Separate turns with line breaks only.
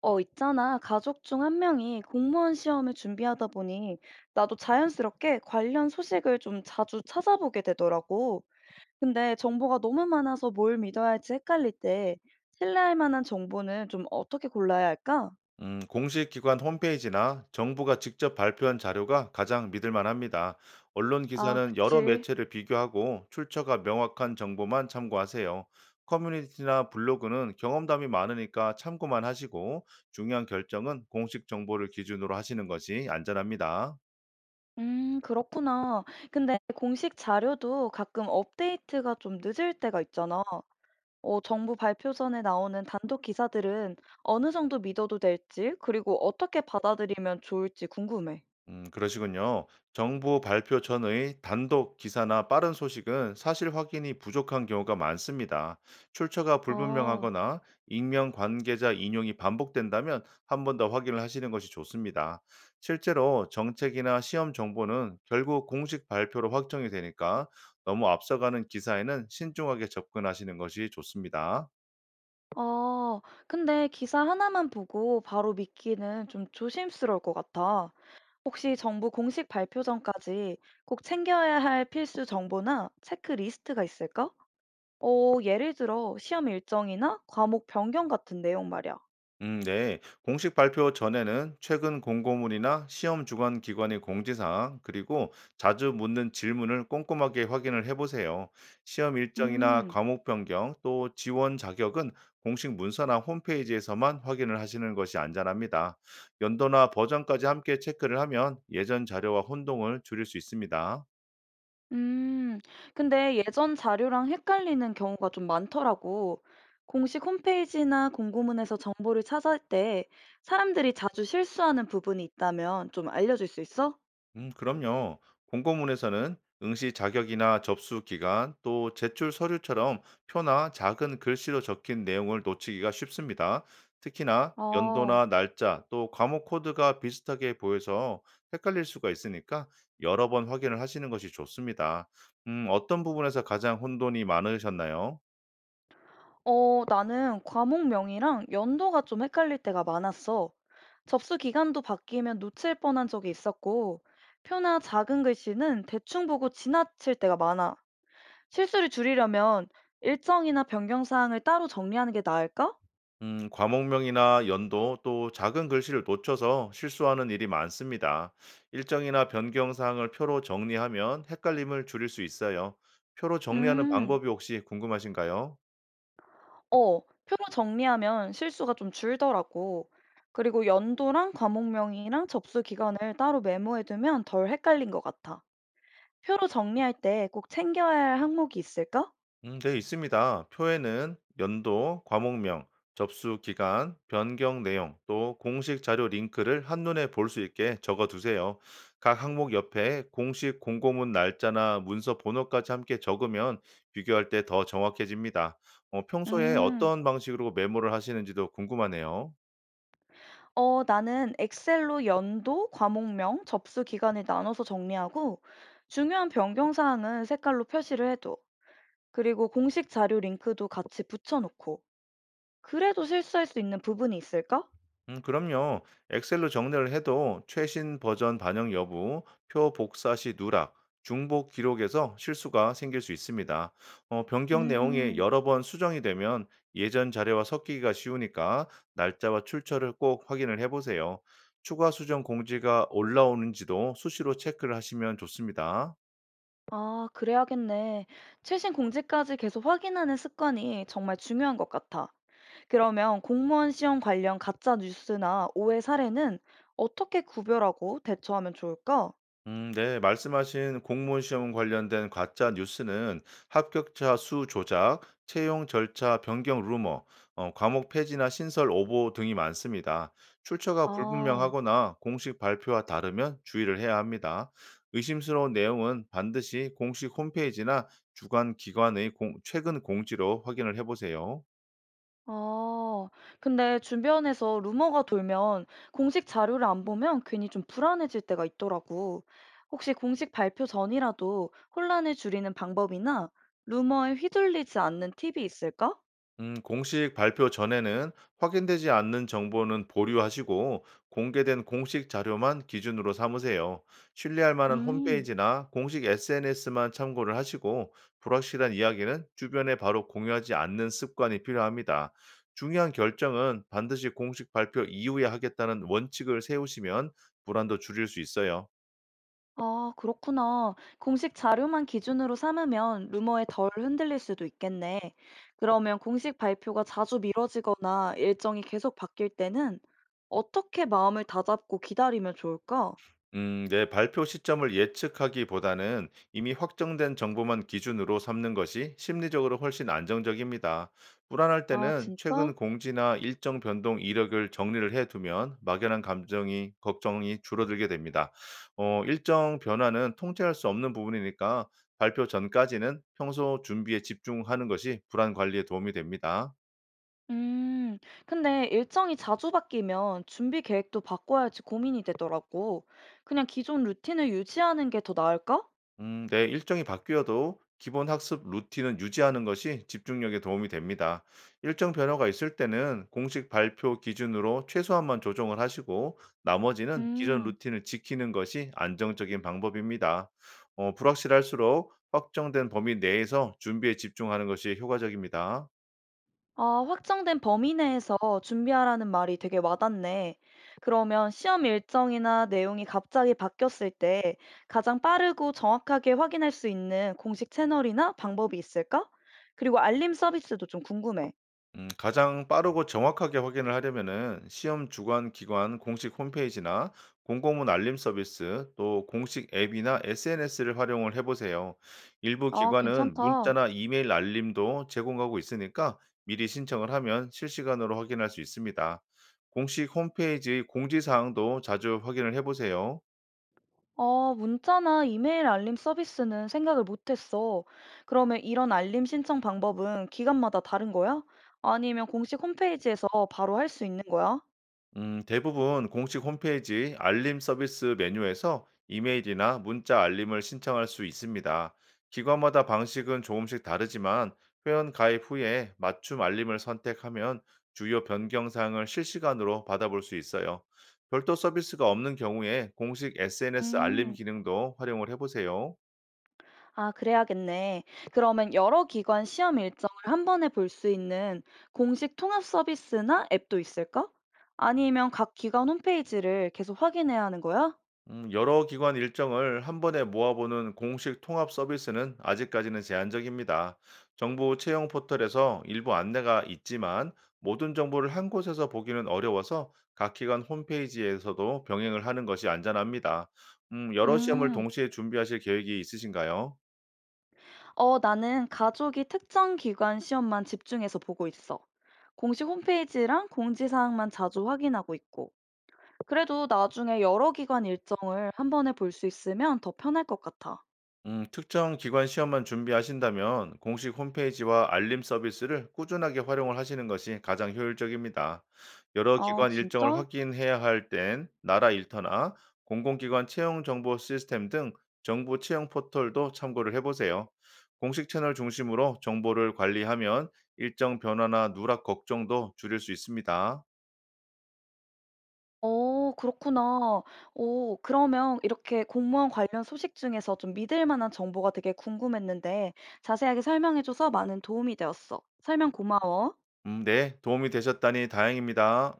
있잖아. 가족 중 한 명이 공무원 시험을 준비하다 보니 나도 자연스럽게 관련 소식을 좀 자주 찾아보게 되더라고. 근데 정보가 너무 많아서 뭘 믿어야 할지 헷갈릴 때 신뢰할 만한 정보는 좀 어떻게 골라야 할까?
공식 기관 홈페이지나 정부가 직접 발표한 자료가 가장 믿을 만합니다. 언론
아,
기사는 여러
그치.
매체를 비교하고 출처가 명확한 정보만 참고하세요. 커뮤니티나 블로그는 경험담이 많으니까 참고만 하시고 중요한 결정은 공식 정보를 기준으로 하시는 것이 안전합니다.
그렇구나. 근데 공식 자료도 가끔 업데이트가 좀 늦을 때가 있잖아. 정부 발표 전에 나오는 단독 기사들은 어느 정도 믿어도 될지, 그리고 어떻게 받아들이면 좋을지 궁금해.
그러시군요. 정부 발표 전의 단독 기사나 빠른 소식은 사실 확인이 부족한 경우가 많습니다. 출처가
아.
불분명하거나 익명 관계자 인용이 반복된다면 한 번 더 확인을 하시는 것이 좋습니다. 실제로 정책이나 시험 정보는 결국 공식 발표로 확정이 되니까 너무 앞서가는 기사에는 신중하게 접근하시는 것이 좋습니다.
아 근데 기사 하나만 보고 바로 믿기는 좀 조심스러울 것 같아. 혹시 정부 공식 발표 전까지 꼭 챙겨야 할 필수 정보나 체크리스트가 있을까? 예를 들어 시험 일정이나 과목 변경 같은 내용 말이야.
네. 공식 발표 전에는 최근 공고문이나 시험 주관 기관의 공지사항, 그리고 자주 묻는 질문을 꼼꼼하게 확인을 해보세요. 시험 일정이나
음,
과목 변경, 또 지원 자격은 공식 문서나 홈페이지에서만 확인을 하시는 것이 안전합니다. 연도나 버전까지 함께 체크를 하면 예전 자료와 혼동을 줄일 수 있습니다.
음. 근데 예전 자료랑 헷갈리는 경우가 좀 많더라고. 공식 홈페이지나 공고문에서 정보를 찾을 때 사람들이 자주 실수하는 부분이 있다면 좀 알려줄 수 있어?
그럼요. 공고문에서는 응시 자격이나 접수 기간, 또 제출 서류처럼 표나 작은 글씨로 적힌 내용을 놓치기가 쉽습니다. 특히나
아.
연도나 날짜, 또 과목 코드가 비슷하게 보여서 헷갈릴 수가 있으니까 여러 번 확인을 하시는 것이 좋습니다. 어떤 부분에서 가장 혼돈이 많으셨나요?
어 나는 과목명이랑 연도가 좀 헷갈릴 때가 많았어. 접수 기간도 바뀌면 놓칠 뻔한 적이 있었고, 표나 작은 글씨는 대충 보고 지나칠 때가 많아. 실수를 줄이려면 일정이나 변경 사항을 따로 정리하는 게 나을까?
과목명이나 연도 또 작은 글씨를 놓쳐서 실수하는 일이 많습니다. 일정이나 변경 사항을 표로 정리하면 헷갈림을 줄일 수 있어요. 표로 정리하는
음.
방법이 혹시 궁금하신가요?
어, 표로 정리하면 실수가 좀 줄더라고. 그리고 연도랑 과목명이랑 접수 기간을 따로 메모해두면 덜 헷갈린 것 같아. 표로 정리할 때 꼭 챙겨야 할 항목이 있을까?
네, 있습니다. 표에는 연도, 과목명, 접수 기간, 변경 내용, 또 공식 자료 링크를 한눈에 볼 수 있게 적어 두세요. 각 항목 옆에 공식 공고문 날짜나 문서 번호까지 함께 적으면 비교할 때 더 정확해집니다. 평소에
음.
어떤 방식으로 메모를 하시는지도 궁금하네요.
나는 엑셀로 연도, 과목명, 접수 기간을 나눠서 정리하고 중요한 변경 사항은 색깔로 표시를 해둬. 그리고 공식 자료 링크도 같이 붙여놓고. 그래도 실수할 수 있는 부분이 있을까?
그럼요. 엑셀로 정리를 해도 최신 버전 반영 여부, 표 복사 시 누락, 중복 기록에서 실수가 생길 수 있습니다. 변경 내용이
음.
여러 번 수정이 되면 예전 자료와 섞이기가 쉬우니까 날짜와 출처를 꼭 확인을 해보세요. 추가 수정 공지가 올라오는지도 수시로 체크를 하시면 좋습니다.
아, 그래야겠네. 최신 공지까지 계속 확인하는 습관이 정말 중요한 것 같아. 그러면 공무원 시험 관련 가짜 뉴스나 오해 사례는 어떻게 구별하고 대처하면 좋을까?
네, 말씀하신 공무원 시험 관련된 가짜 뉴스는 합격자 수 조작, 채용 절차 변경 루머, 과목 폐지나 신설 오보 등이 많습니다. 출처가
아.
불분명하거나 공식 발표와 다르면 주의를 해야 합니다. 의심스러운 내용은 반드시 공식 홈페이지나 주관 기관의 최근 공지로 확인을 해보세요.
아, 근데 주변에서 루머가 돌면 공식 자료를 안 보면 괜히 좀 불안해질 때가 있더라고. 혹시 공식 발표 전이라도 혼란을 줄이는 방법이나 루머에 휘둘리지 않는 팁이 있을까?
공식 발표 전에는 확인되지 않는 정보는 보류하시고 공개된 공식 자료만 기준으로 삼으세요. 신뢰할 만한
음,
홈페이지나 공식 SNS만 참고를 하시고 불확실한 이야기는 주변에 바로 공유하지 않는 습관이 필요합니다. 중요한 결정은 반드시 공식 발표 이후에 하겠다는 원칙을 세우시면 불안도 줄일 수 있어요.
아, 그렇구나. 공식 자료만 기준으로 삼으면 루머에 덜 흔들릴 수도 있겠네. 그러면 공식 발표가 자주 미뤄지거나 일정이 계속 바뀔 때는 어떻게 마음을 다잡고 기다리면 좋을까?
내 발표 시점을 예측하기보다는 이미 확정된 정보만 기준으로 삼는 것이 심리적으로 훨씬 안정적입니다. 불안할
아,
때는 최근
진짜?
공지나 일정 변동 이력을 정리를 해두면 막연한 감정이, 걱정이 줄어들게 됩니다. 일정 변화는 통제할 수 없는 부분이니까 발표 전까지는 평소 준비에 집중하는 것이 불안 관리에 도움이 됩니다.
음, 근데 일정이 자주 바뀌면 준비 계획도 바꿔야지 고민이 되더라고. 그냥 기존 루틴을 유지하는 게 더 나을까?
네, 일정이 바뀌어도 기본 학습 루틴은 유지하는 것이 집중력에 도움이 됩니다. 일정 변화가 있을 때는 공식 발표 기준으로 최소한만 조정을 하시고 나머지는 기존
음,
루틴을 지키는 것이 안정적인 방법입니다. 불확실할수록 확정된 범위 내에서 준비에 집중하는 것이 효과적입니다.
아, 확정된 범위 내에서 준비하라는 말이 되게 와닿네. 그러면 시험 일정이나 내용이 갑자기 바뀌었을 때 가장 빠르고 정확하게 확인할 수 있는 공식 채널이나 방법이 있을까? 그리고 알림 서비스도 좀 궁금해.
가장 빠르고 정확하게 확인을 하려면은 시험 주관 기관 공식 홈페이지나 공공문 알림 서비스 또 공식 앱이나 SNS를 활용을 해보세요. 일부
아,
기관은
괜찮다.
문자나 이메일 알림도 제공하고 있으니까 미리 신청을 하면 실시간으로 확인할 수 있습니다. 공식 홈페이지 공지사항도 자주 확인을 해보세요.
아, 문자나 이메일 알림 서비스는 생각을 못했어. 그러면 이런 알림 신청 방법은 기관마다 다른 거야? 아니면 공식 홈페이지에서 바로 할 수 있는 거야?
대부분 공식 홈페이지 알림 서비스 메뉴에서 이메일이나 문자 알림을 신청할 수 있습니다. 기관마다 방식은 조금씩 다르지만 회원 가입 후에 맞춤 알림을 선택하면 주요 변경 사항을 실시간으로 받아볼 수 있어요. 별도 서비스가 없는 경우에 공식 SNS 알림
음,
기능도 활용을 해보세요.
아, 그래야겠네. 그러면 여러 기관 시험 일정을 한 번에 볼 수 있는 공식 통합 서비스나 앱도 있을까? 아니면 각 기관 홈페이지를 계속 확인해야 하는 거야?
여러 기관 일정을 한 번에 모아보는 공식 통합 서비스는 아직까지는 제한적입니다. 정부 채용 포털에서 일부 안내가 있지만 모든 정보를 한 곳에서 보기는 어려워서 각 기관 홈페이지에서도 병행을 하는 것이 안전합니다. 여러 시험을
음.
동시에 준비하실 계획이 있으신가요?
어, 나는 가족이 특정 기관 시험만 집중해서 보고 있어. 공식 홈페이지랑 공지사항만 자주 확인하고 있고. 그래도 나중에 여러 기관 일정을 한 번에 볼 수 있으면 더 편할 것 같아.
특정 기관 시험만 준비하신다면 공식 홈페이지와 알림 서비스를 꾸준하게 활용을 하시는 것이 가장 효율적입니다. 여러
아,
기관 일정을
진짜?
확인해야 할 땐 나라 일터나 공공기관 채용 정보 시스템 등 정부 채용 포털도 참고를 해보세요. 공식 채널 중심으로 정보를 관리하면 일정 변화나 누락 걱정도 줄일 수 있습니다.
어, 그렇구나. 오 그러면 이렇게 공무원 관련 소식 중에서 좀 믿을 만한 정보가 되게 궁금했는데 자세하게 설명해줘서 많은 도움이 되었어. 설명 고마워.
네, 도움이 되셨다니 다행입니다.